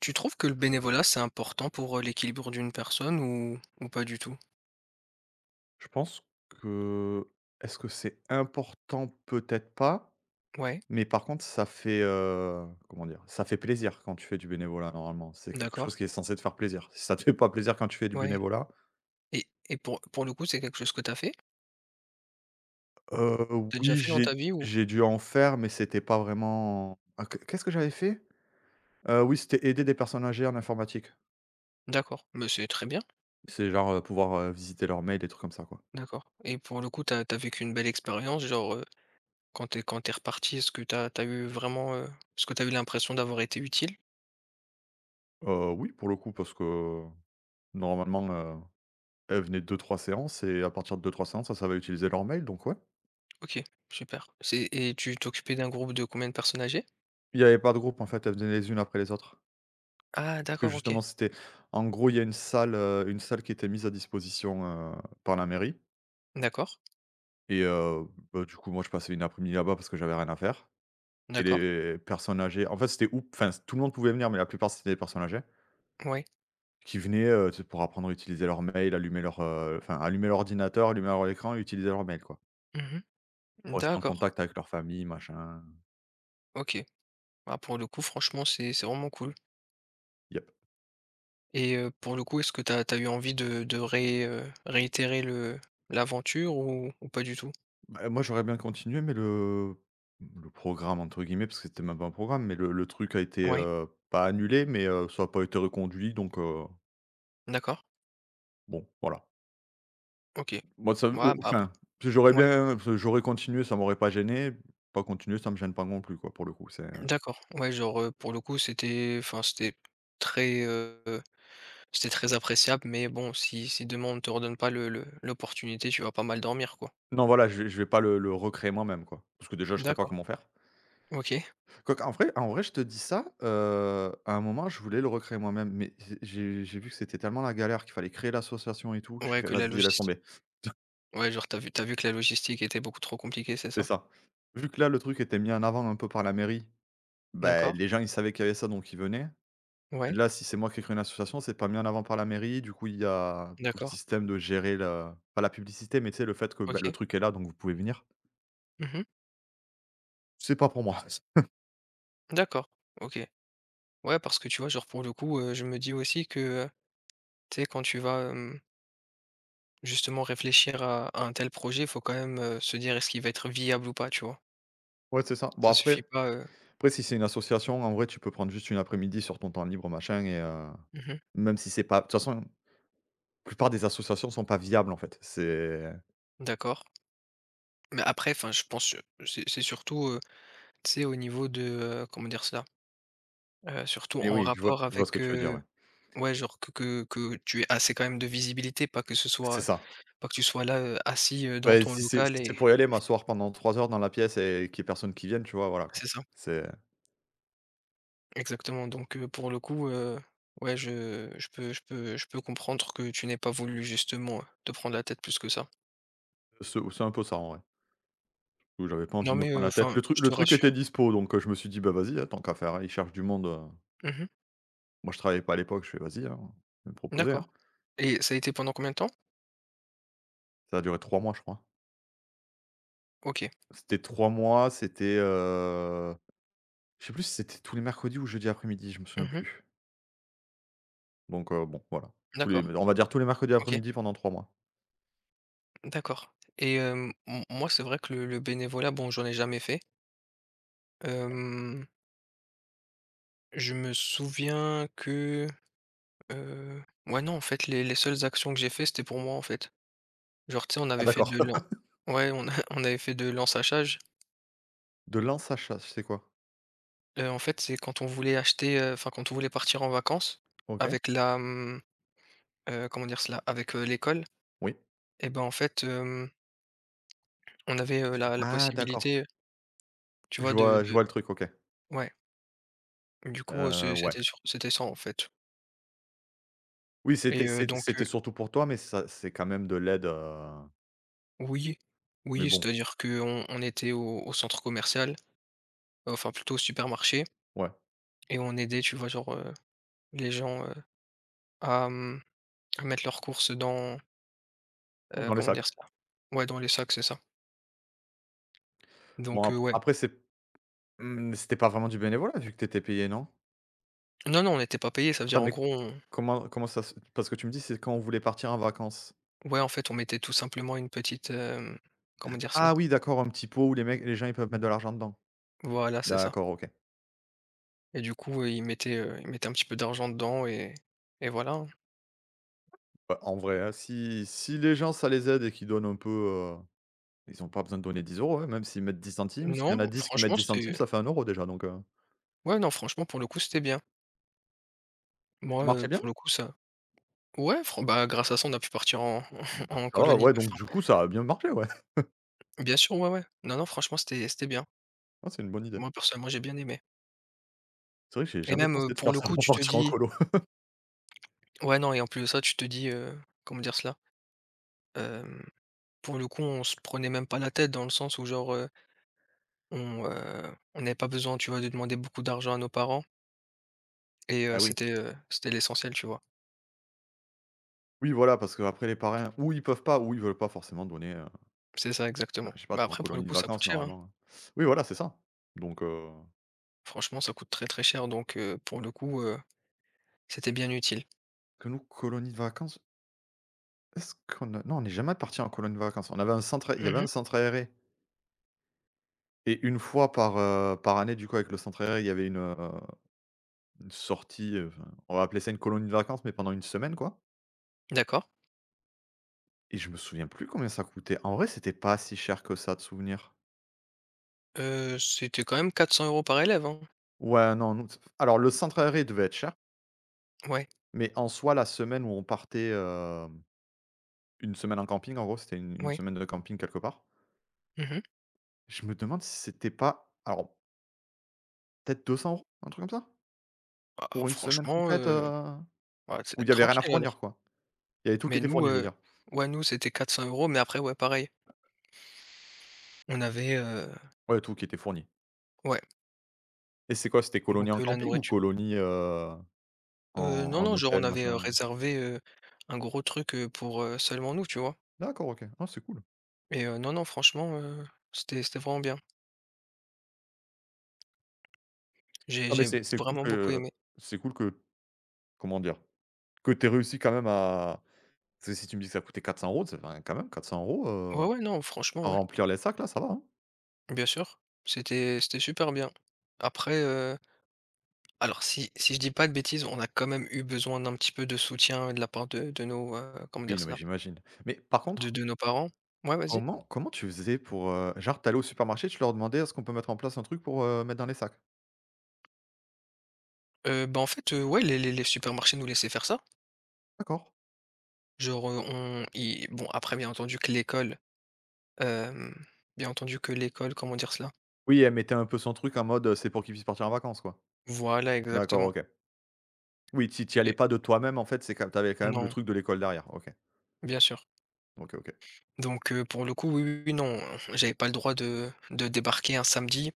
Tu trouves que le bénévolat, c'est important pour, l'équilibre d'une personne ou pas du tout? Je pense que est-ce que c'est important? Peut-être pas, Ouais, mais par contre ça fait, comment dire? Ça fait plaisir quand tu fais du bénévolat normalement. C'est quelque d'accord, chose qui est censé te faire plaisir. Si ça te fait pas plaisir quand tu fais du ouais, bénévolat, et pour le coup, c'est quelque chose que tu as fait? heu, T'as déjà oui fait dans j'ai ta vie ou... j'ai dû en faire, mais c'était pas vraiment qu'est-ce que j'avais fait? Oui, c'était aider des personnes âgées en informatique. D'accord, mais c'est très bien. C'est genre, pouvoir, visiter leur mail, des trucs comme ça quoi. D'accord, et pour le coup, t'as vécu une belle expérience, genre, quand t'es reparti, est-ce que t'as eu vraiment, est-ce que t'as eu l'impression d'avoir été utile? Oui pour le coup parce que normalement, elles venaient 2-3 séances et à partir de deux trois séances, ça savaient utiliser leur mail donc ouais. OK, super. C'est Et tu t'occupais d'un groupe de combien de personnes âgées? Il y avait pas de groupe en fait, elles venaient les unes après les autres. Ah Parce que d'accord, OK. justement c'était en gros il y a une salle qui était mise à disposition, par la mairie D'accord, et bah, du coup moi je passais une après-midi là-bas parce que j'avais rien à faire et d'accord, les personnes âgées en fait c'était ou enfin tout le monde pouvait venir mais la plupart c'était des personnes âgées ouais. qui venaient, tu sais pour apprendre à utiliser leur mail, allumer leur, enfin allumer l'ordinateur, allumer leur écran et utiliser leur mail quoi. Mmh. Pour rester en D'accord, contact avec leur famille machin. OK. Ah, pour le coup, franchement, c'est vraiment cool. Il y a Et, pour le coup, est-ce que t'as eu envie de ré réitérer le l'aventure ou pas du tout? Bah, moi, j'aurais bien continué, mais le «programme» entre guillemets, parce que c'était même pas un programme, mais le truc a été, Ouais, pas annulé, mais ça n'a pas été reconduit, donc d'accord, bon, voilà. OK. Ouais, Moi, ça bah, au après enfin, si j'aurais ouais, bien parce j'aurais continué, ça m'aurait pas gêné. Pas continuer, ça me gêne pas non plus, quoi, pour le coup, c'est d'accord. Ouais, genre, pour le coup, c'était enfin, très, heu, c'était très appréciable, mais bon, si demain on ne te redonne pas le le l'opportunité, tu vas pas mal dormir, quoi. non, voilà, je vais pas le recréer moi-même, quoi, parce que déjà, je sais pas D'accord, comment faire. OK. Quoique, en vrai, je te dis ça, à un moment, je voulais le recréer moi-même, mais j'ai vu que c'était tellement la galère qu'il fallait créer l'association et tout, que j'ai Ouais, fait: que la «Vas-y, laisse logis tomber». ouais, genre, t'as vu que la logistique était beaucoup trop compliquée, c'est C'est ça? ça. Vu que là, le truc était mis en avant un peu par la mairie, bah, D'accord, les gens, ils savaient qu'il y avait ça, donc ils venaient. Et ouais, là, si c'est moi qui ai créé une association, c'est pas mis en avant par la mairie. Du coup, il y a tout le d'accord, système de gérer la pas la publicité, mais tu sais, le fait que, bah, le OK. truc est là, donc vous pouvez venir. Mmh. C'est pas pour moi. D'accord, OK. Ouais, parce que tu vois, genre, pour le coup, je me dis aussi que, heu, tu sais, quand tu vas, justement réfléchir à un tel projet, il faut quand même, se dire: «Est-ce qu'il va être viable ou pas?» Tu vois? Ouais, c'est ça. Bon, Ça après suffit pas, après, si c'est une association, en vrai, tu peux prendre juste une après-midi sur ton temps libre, machin et Mmh, même si c'est pas de toute façon, la plupart des associations sont pas viables, en fait. C'est d'accord. Mais après, enfin, je pense, c'est surtout, tu sais, au niveau de, comment dire cela? Surtout Mais en oui, je vois rapport je vois ce que avec, tu veux dire, ouais. Ouais, genre, que tu aies assez quand même de visibilité, pas que ce C'est soit ça. pas que tu sois là, assis, dans Bah, ton si c'est si local. c'est Et pour y aller, m'asseoir pendant 3 heures dans la pièce et qu'il y ait personne qui vienne, tu vois, voilà, quoi. c'est ça. C'est Exactement, donc, pour le coup, ouais, je peux comprendre que tu n'aies pas voulu justement, te prendre la tête plus que ça. c'est un peu ça, en vrai, où j'avais pas envie Non de me mais prendre la tête. enfin, Le truc je le te truc était rassure. dispo, donc je me suis dit: «Bah, vas-y, hein, tant qu'à faire, hein, ils cherchent du monde». Mmh. Moi, je travaillais pas à l'époque, je fais: «Vas-y, hein, je vais me proposer, D'accord, hein». et ça a été pendant combien de temps? Ça a duré 3 mois, je crois. OK. C'était 3 mois, c'était, je sais plus si c'était tous les mercredis ou jeudi après-midi, je me souviens Mmh. plus. Donc bon, voilà. Tous les D'accord. On va dire tous les mercredis OK. après-midi pendant 3 mois. D'accord, et, hem, m moi, c'est vrai que le bénévolat, bon, j'en ai jamais fait. Hem, je me souviens que, heu, ouais, non, en fait, les seules actions que j'ai fait, c'était pour moi, en fait. Genre, tu sais, on Ah avait fait d'accord. de l'en ouais, on a on avait fait de l'ensachage. De l'ensacha, c'est quoi? En fait, c'est quand on voulait acheter, enfin quand on voulait partir en vacances OK. avec la, comment dire cela? Avec, l'école Oui. et ben, en fait, on avait, la Ah d'accord. possibilité, tu vois, Je de vois je de vois le truc, OK. ouais, du coup, c'est Ouais. c'était sur c'était ça, en fait. Oui, Et, donc, c'était surtout pour toi, mais ça c'est quand même de l'aide, oui, mais oui, bon, c'est-à-dire qu'on était au centre commercial, enfin plutôt au supermarché ouais, et on aidait, tu vois, genre, les gens, à, mmh, à mettre leurs courses dans, ouais, dans les comment dire sacs. cela? Ouais, dans les sacs, c'est ça, Bon donc, ap ouais. après c'était pas vraiment du bénévolat vu que t'étais payé, non? Non, non, on n'était pas payé, ça veut Attends, dire en mais gros... comment ça se parce que tu me dis c'est quand on voulait partir en vacances. Ouais, en fait, on mettait tout simplement une petite, comment dire cela? Ah oui, d'accord, un petit pot où les gens ils peuvent mettre de l'argent dedans. Voilà, c'est ça. D'accord, OK. Et du coup, ils mettaient un petit peu d'argent dedans et voilà, hein. Bah, en vrai, hein, si les gens ça les aide et qu'ils donnent un peu, ils ont pas besoin de donner 10 euros, hein, même s'ils mettent 10 centimes, s'il y en a Non, 10 qui mettent franchement, 10 centimes, c'était ça fait 1 euro déjà donc, Ouais, non, franchement, pour le coup, c'était bien. ça Moi, marchait bien? pour le coup, ça Ouais, fran bah, grâce à ça, on a pu partir en Bah, en ça va, colonie de ouais, donc fin. du coup, ça a bien marché, ouais. Bien sûr, ouais, ouais. Non, non, franchement, c'était bien. Ah, c'est une bonne idée. Moi, personnellement, j'ai bien aimé. C'est vrai que j'ai Et jamais même, pensé de pour faire le ça coup, pour tu te partir en dis colo. ouais, non, et en plus de ça, tu te dis, comment dire cela? Hem, pour le coup, on se prenait même pas la tête dans le sens où, genre, on n'avait pas besoin, tu vois, de demander beaucoup d'argent à nos parents. Et, Ah oui. C'était l'essentiel, tu vois? Oui, voilà, parce qu'après les parrains, ou ils peuvent pas, ou ils veulent pas forcément donner, C'est ça exactement. je sais pas, Bah, tu en après, pour le colonie de coup, ça coûte vacances cher, hein. normalement, hein. Oui, voilà, c'est ça. Donc Franchement, ça coûte très, très cher, donc, pour le coup, c'était bien utile. que nous, colonie de vacances, est-ce qu'on a non, on n'est jamais parti en colonie de vacances. On avait un centre Il y avait Mmh. un centre aéré et une fois par année, du coup, avec le centre aéré, il y avait une sortie, enfin, on va appeler ça une colonie de vacances, mais pendant une semaine, quoi. D'accord. Et je me souviens plus combien ça coûtait. En vrai, c'était pas si cher que ça de souvenir. C'était quand même 400 € par élève, hein? Ouais, non, nous, alors le centre aéré devait être cher, Ouais, mais en soi, la semaine où on partait, une semaine en camping, en gros, c'était une ouais. semaine de camping quelque part. Mmh. Je me demande si c'était pas, alors peut-être 200 euros, un truc comme ça? Bah, Pour une semaine franchement, complète, où c'est il y avait rien à tranquille alors. fournir, quoi. Il y avait tout qui Mais était nous, fourni, je veux dire. ouais, nous, c'était 400 €, mais après, ouais, pareil, on avait, Ouais, tout qui était fourni. ouais, Et c'est quoi, c'était colonie donc, en la camping ou nourriture... colonie, en Non, en non, genre, on hôtel, avait, machin? réservé, un gros truc, pour, seulement nous, tu vois? D'accord, OK. Ah, c'est cool. Et, non, non, franchement, c'était vraiment bien. J'ai Non, mais j'ai c'est c'est cool vraiment beaucoup que aimé. c'est cool que, comment dire? Que tu aies réussi quand même à parce que si tu me dis que ça coûtait 400 €, ça fait enfin, quand même 400 €, Ouais, ouais, non, franchement, à ouais, remplir les sacs là, ça va, hein? bien sûr. C'était super bien. Après, alors, si je dis pas de bêtises, on a quand même eu besoin d'un petit peu de soutien de la part de nos, comment Oui, dire non, mais cela? j'imagine. Mais par De contre, de nos parents. Ouais, vas-y. comment tu faisais pour, genre tu au supermarché, tu leur demandais: «Est-ce qu'on peut mettre en place un truc pour, mettre dans les sacs?» Bah, en fait, ouais, les supermarchés nous laissaient faire ça. D'accord. Genre, on i bon, après, Hem, bien entendu que l'école, comment dire cela? Oui, elle mettait un peu son truc en mode, c'est pour qu'ils puissent partir en vacances, quoi. Voilà, D'accord, exactement. OK. Oui, tu allais Et pas de toi-même en fait, c'est quand t'avais quand même le non, truc de l'école derrière. OK. bien sûr. OK, OK. Donc, pour le coup, oui, oui, oui, non, j'avais pas le droit de débarquer un samedi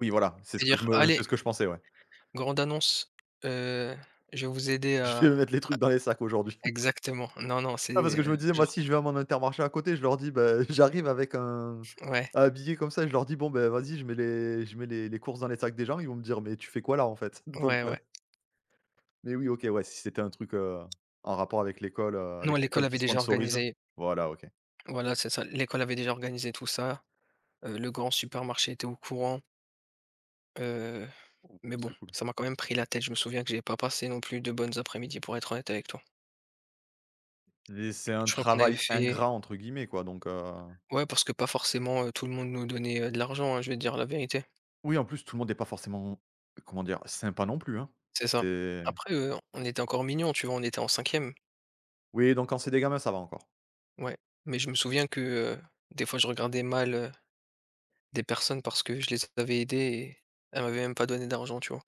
Oui, voilà, et dire: «Allez, c'est ce que je pensais, ouais. grande annonce, heu, je vais vous aider Je vais à...» mettre les trucs dans les sacs aujourd'hui. Exactement. Non, non, Ah, parce que c'est, je me disais, moi, genre, si je vais à mon Intermarché à côté, je leur dis, bah, j'arrive avec un ouais, habillé comme ça, et je leur dis: «Bon, ben vas-y, je mets les courses dans les sacs des gens». Ils vont me dire: «Mais tu fais quoi là, en fait?» ouais, donc ouais. mais oui, OK, ouais, si c'était un truc, en rapport avec l'école, heu, Non, avec l'école l'école avait qui déjà sponsorise. organisé Voilà, OK. Voilà, c'est ça, l'école avait déjà organisé tout ça, le grand supermarché était au courant, heu, Bon, mais bon, c'est cool. ça m'a quand même pris la tête. Je me souviens que j'ai pas passé non plus de bonnes après-midi, pour être honnête avec toi. Et c'est Je un crois qu'on avait travail fait «ingrat» entre guillemets, quoi, donc Ouais, parce que pas forcément, tout le monde nous donnait, de l'argent, hein, je vais te dire la vérité. oui, en plus, tout le monde est pas forcément, comment dire? Sympa non plus, hein. C'est ça. C'est Après, on était encore mignons, tu vois? On était en cinquième, Oui, donc quand c'est des gamins, ça va encore. ouais. Mais je me souviens que, des fois, je regardais mal, des personnes parce que je les avais aidées et elles m'avaient même pas donné d'argent, tu vois?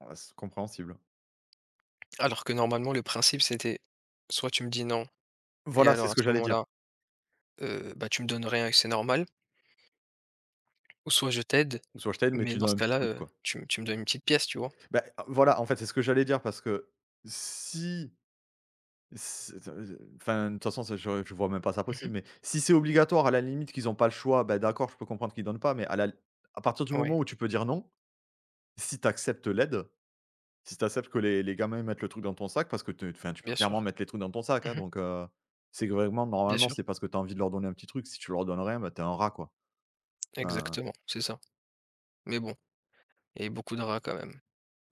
Ah, c'est compréhensible. Alors que normalement, le principe, c'était: soit tu me dis: «Non» et Voilà, c'est alors à ce que ce j'allais dire. moment-là, bah, tu me donnes rien et c'est normal, ou soit je t'aide, Soit je t'aide, mais mais tu dans donnes ce un petit cas-là, truc, quoi. tu me donnes une petite pièce, tu vois? Ben voilà, en fait, c'est ce que j'allais dire parce que si c'est enfin, de toute façon, ça, je vois même pas ça possible, Mmh. mais si c'est obligatoire, à la limite, qu'ils ont pas le choix, ben d'accord, je peux comprendre qu'ils donnent pas, mais à partir du Ouais, moment où tu peux dire non, si tu acceptes l'aide, si tu acceptes que les gamins, ils mettent le truc dans ton sac parce que tu enfin, tu peux bien clairement sûr. mettre les trucs dans ton sac, hein, Mmh. donc c'est que vraiment, Bien normalement, sûr, c'est parce que tu as envie de leur donner un petit truc. Si tu leur donnes rien, ben t'es un rat, quoi. Enfin, exactement, c'est ça. Mais bon, il y avait beaucoup de rats quand même.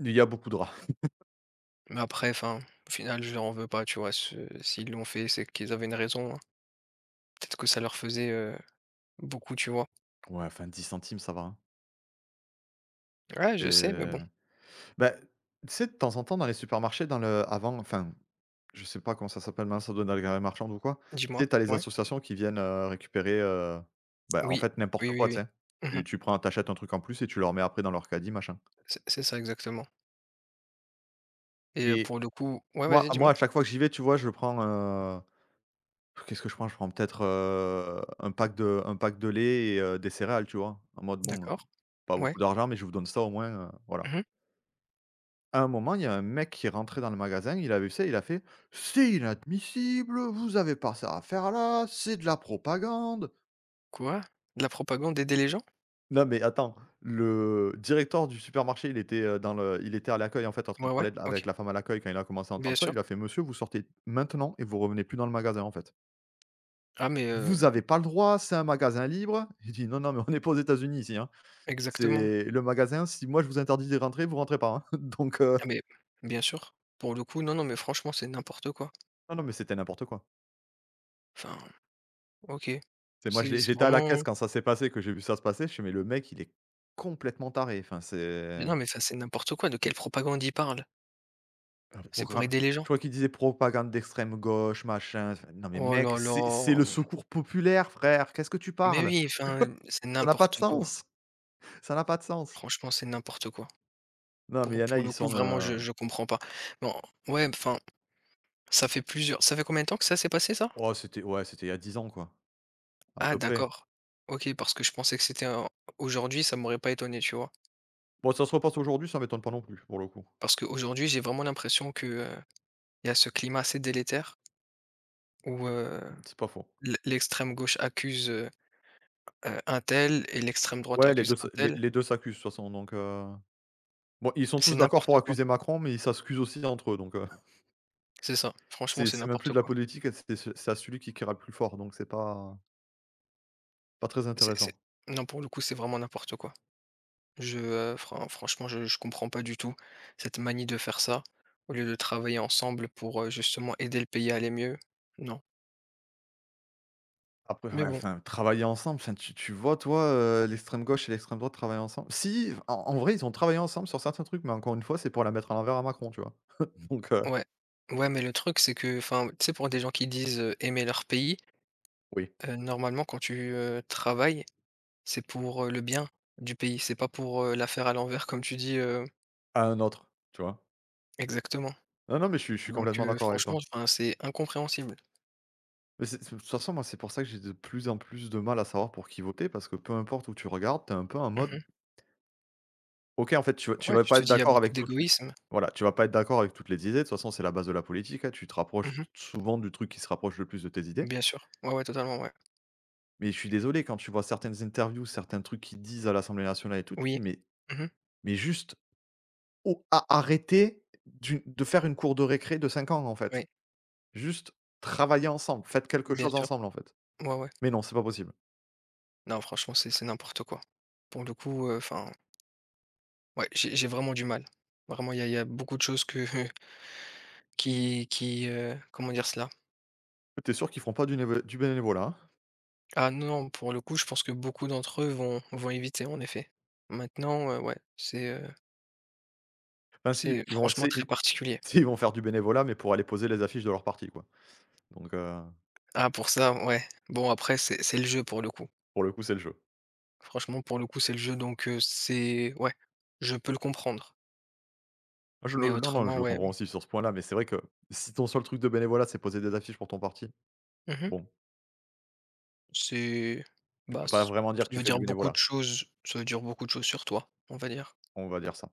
il y a beaucoup de rats. Mais après, enfin, au final, je leur en veux pas, tu vois. S'ils l'ont fait, c'est qu'ils avaient une raison, hein. Peut-être que ça leur faisait, beaucoup, tu vois. Ouais, enfin, 10 centimes, ça va, hein. Ouais, je sais, mais C'est bon, Bah, tu sais, de temps en temps, dans les supermarchés, dans le avant enfin, je sais pas comment ça s'appelle maintenant, ça doit être dans les galeries marchandes ou quoi. Tu dis-moi. sais, tu les Ouais. associations qui viennent, récupérer, bah, en Oui, fait, n'importe oui, oui, quoi, tu oui. sais? Mhm. Tu prends t'achètes un truc en plus et tu le remets après dans leur caddie, machin C'est ça exactement. Et, et pour le coup, ouais, moi vas-y, dis-moi. moi, à chaque fois que j'y vais, tu vois, je prends, qu'est-ce que je prends? Je prends peut-être, un pack de lait et des céréales, tu vois? En mode, bon, D'accord. pas Ouais. beaucoup d'argent, mais je vous donne ça au moins, voilà. Mhm. À un moment, il y a un mec qui est rentré dans le magasin, il a vu ça, il a fait: «C'est inadmissible, vous avez pas ça à faire là, c'est de la propagande». Quoi? De la propagande, aider les gens? Non mais attends, le directeur du supermarché, il était, dans le il était à l'accueil, en fait, en train de Ouais, ouais, parler de ok. avec la femme à l'accueil quand il a commencé à Bien entendre ça, sûr. il lui a fait: «Monsieur, vous sortez maintenant et vous revenez plus dans le magasin, en fait. Ah, mais, Vous avez pas le droit, c'est un magasin libre». Il dit: «Non, non, mais on n'est pas aux États-Unis ici, hein. exactement. C'est le magasin, si moi je vous interdis de rentrer, vous rentrez pas, hein». Donc Ah, mais bien sûr. Pour le coup, non, non, mais franchement, c'est n'importe quoi. non, non, mais c'était n'importe quoi. Enfin, ok. C'est J'ai c'est j'étais à la vraiment... caisse quand ça s'est passé, que j'ai vu ça se passer, je suis «Mais le mec, il est complètement taré, enfin, Mais c'est non, mais ça, c'est n'importe quoi. De quelle propagande ils parle? un C'est pour programme». aider les gens. Je crois qu'il disait propagande d'extrême gauche, machin, enfin, non mais Oh mec, là c'est là! c'est le secours populaire frère, qu'est-ce que tu Mais parles? oui, enfin, c'est Ça n'a pas de n'importe quoi. sens, ça n'a pas de sens. Franchement, c'est n'importe quoi. Non mais il Pour y en a, pour ils le coup, sont, vraiment, je comprends pas. Bon, ouais, enfin, ça fait combien de temps que ça s'est passé, ça? oh c'était ouais, c'était il y a 10 ans quoi, à Ah peu près. d'accord. OK, parce que je pensais que c'était en aujourd'hui. Ça m'aurait pas étonné, tu vois? Bon ça se repasse aujourd'hui, ça m'étonne pas non plus, pour le coup. Parce qu'aujourd'hui, j'ai vraiment l'impression que, il y a ce climat assez délétère où, C'est pas faux. L'extrême gauche accuse, un tel, et l'extrême droite Ouais, les accuse 2, s un les tel. les 2 s'accusent de toute façon donc, bon, ils sont C'est tous d'accord pour n'importe quoi. accuser Macron, mais ils s'accusent aussi entre eux donc, heu. C'est ça, franchement, C'est c'est c'est même plus n'importe de la quoi. politique, c'est à celui qui criera le plus fort, donc c'est pas très C'est intéressant. Non, pour le coup, c'est vraiment n'importe quoi. Je, franchement, je comprends pas du tout cette manie de faire ça, au lieu de travailler ensemble pour, justement aider le pays à aller mieux. Non, Après, mais ouais, bon, enfin, travailler ensemble, enfin, tu vois, toi, l'extrême gauche et l'extrême droite travaillent ensemble? Si, en vrai, ils ont travaillé ensemble sur certains trucs, mais encore une fois, c'est pour la mettre à l'envers à Macron, tu vois? Donc ouais. Ouais, mais le truc, c'est que, enfin, tu sais, pour des gens qui disent, aimer leur pays, oui, normalement, quand tu, travailles, c'est pour, le bien du pays, c'est pas pour, la faire à l'envers comme tu dis, à un autre, tu vois? exactement. Non, non, mais je suis Donc, complètement d'accord avec toi. franchement, enfin, c'est incompréhensible. Mais c'est de toute façon, moi, c'est pour ça que j'ai de plus en plus de mal à savoir pour qui voter, parce que peu importe où tu regardes, t'es un peu en mode Mmh. OK, en fait, tu vas tu Ouais, vas tu pas te être dis: «Il y a d'accord beaucoup avec toutes les d'égoïsme». voilà, tu vas pas être d'accord avec toutes les idées. De toute façon, c'est la base de la politique, hein. Tu te rapproches Mmh. souvent du truc qui se rapproche le plus de tes idées. Bien sûr. Ouais, ouais, totalement, ouais. Mais je suis désolé, quand tu vois certaines interviews, certains trucs qu'ils disent à l'Assemblée nationale et tout, tu te Oui. dis: Mmh. mais juste au a arrêtez d'une de faire une cour de récré de 5 ans, en Oui, fait. Juste travaillez ensemble, faites quelque bien chose sûr. ensemble, en fait». Ouais, ouais. Mais non, c'est pas possible. Non, franchement, c'est n'importe quoi. Pour le coup, enfin, ouais, j'ai vraiment du mal. Vraiment, il y a beaucoup de choses que comment dire cela? T'es sûr qu'ils feront pas du bénévolat, hein? Ah non, non, pour le coup, je pense que beaucoup d'entre eux vont éviter, en effet. Maintenant, ouais, Enfin si, c'est ils vont franchement très particulier. tu sais, ils vont faire du bénévolat, mais pour aller poser les affiches de leur parti, quoi. Donc Ah pour ça, ouais. Bon après, c'est le jeu pour le coup. pour le coup, c'est le jeu. Franchement, pour le coup, c'est le jeu, donc, c'est ouais, je peux le comprendre. Ah, je Mais le non, non, je autrement, le ouais. comprends aussi sur ce point-là, mais c'est vrai que si ton seul truc de bénévolat, c'est poser des affiches pour ton parti, Mmh. bon, C'est tu bah, peux pas ç vraiment dire que Ça tu veut fais du dire beaucoup de bénévolat, choses, ça veut dire beaucoup de choses sur toi, on va dire. on va dire ça.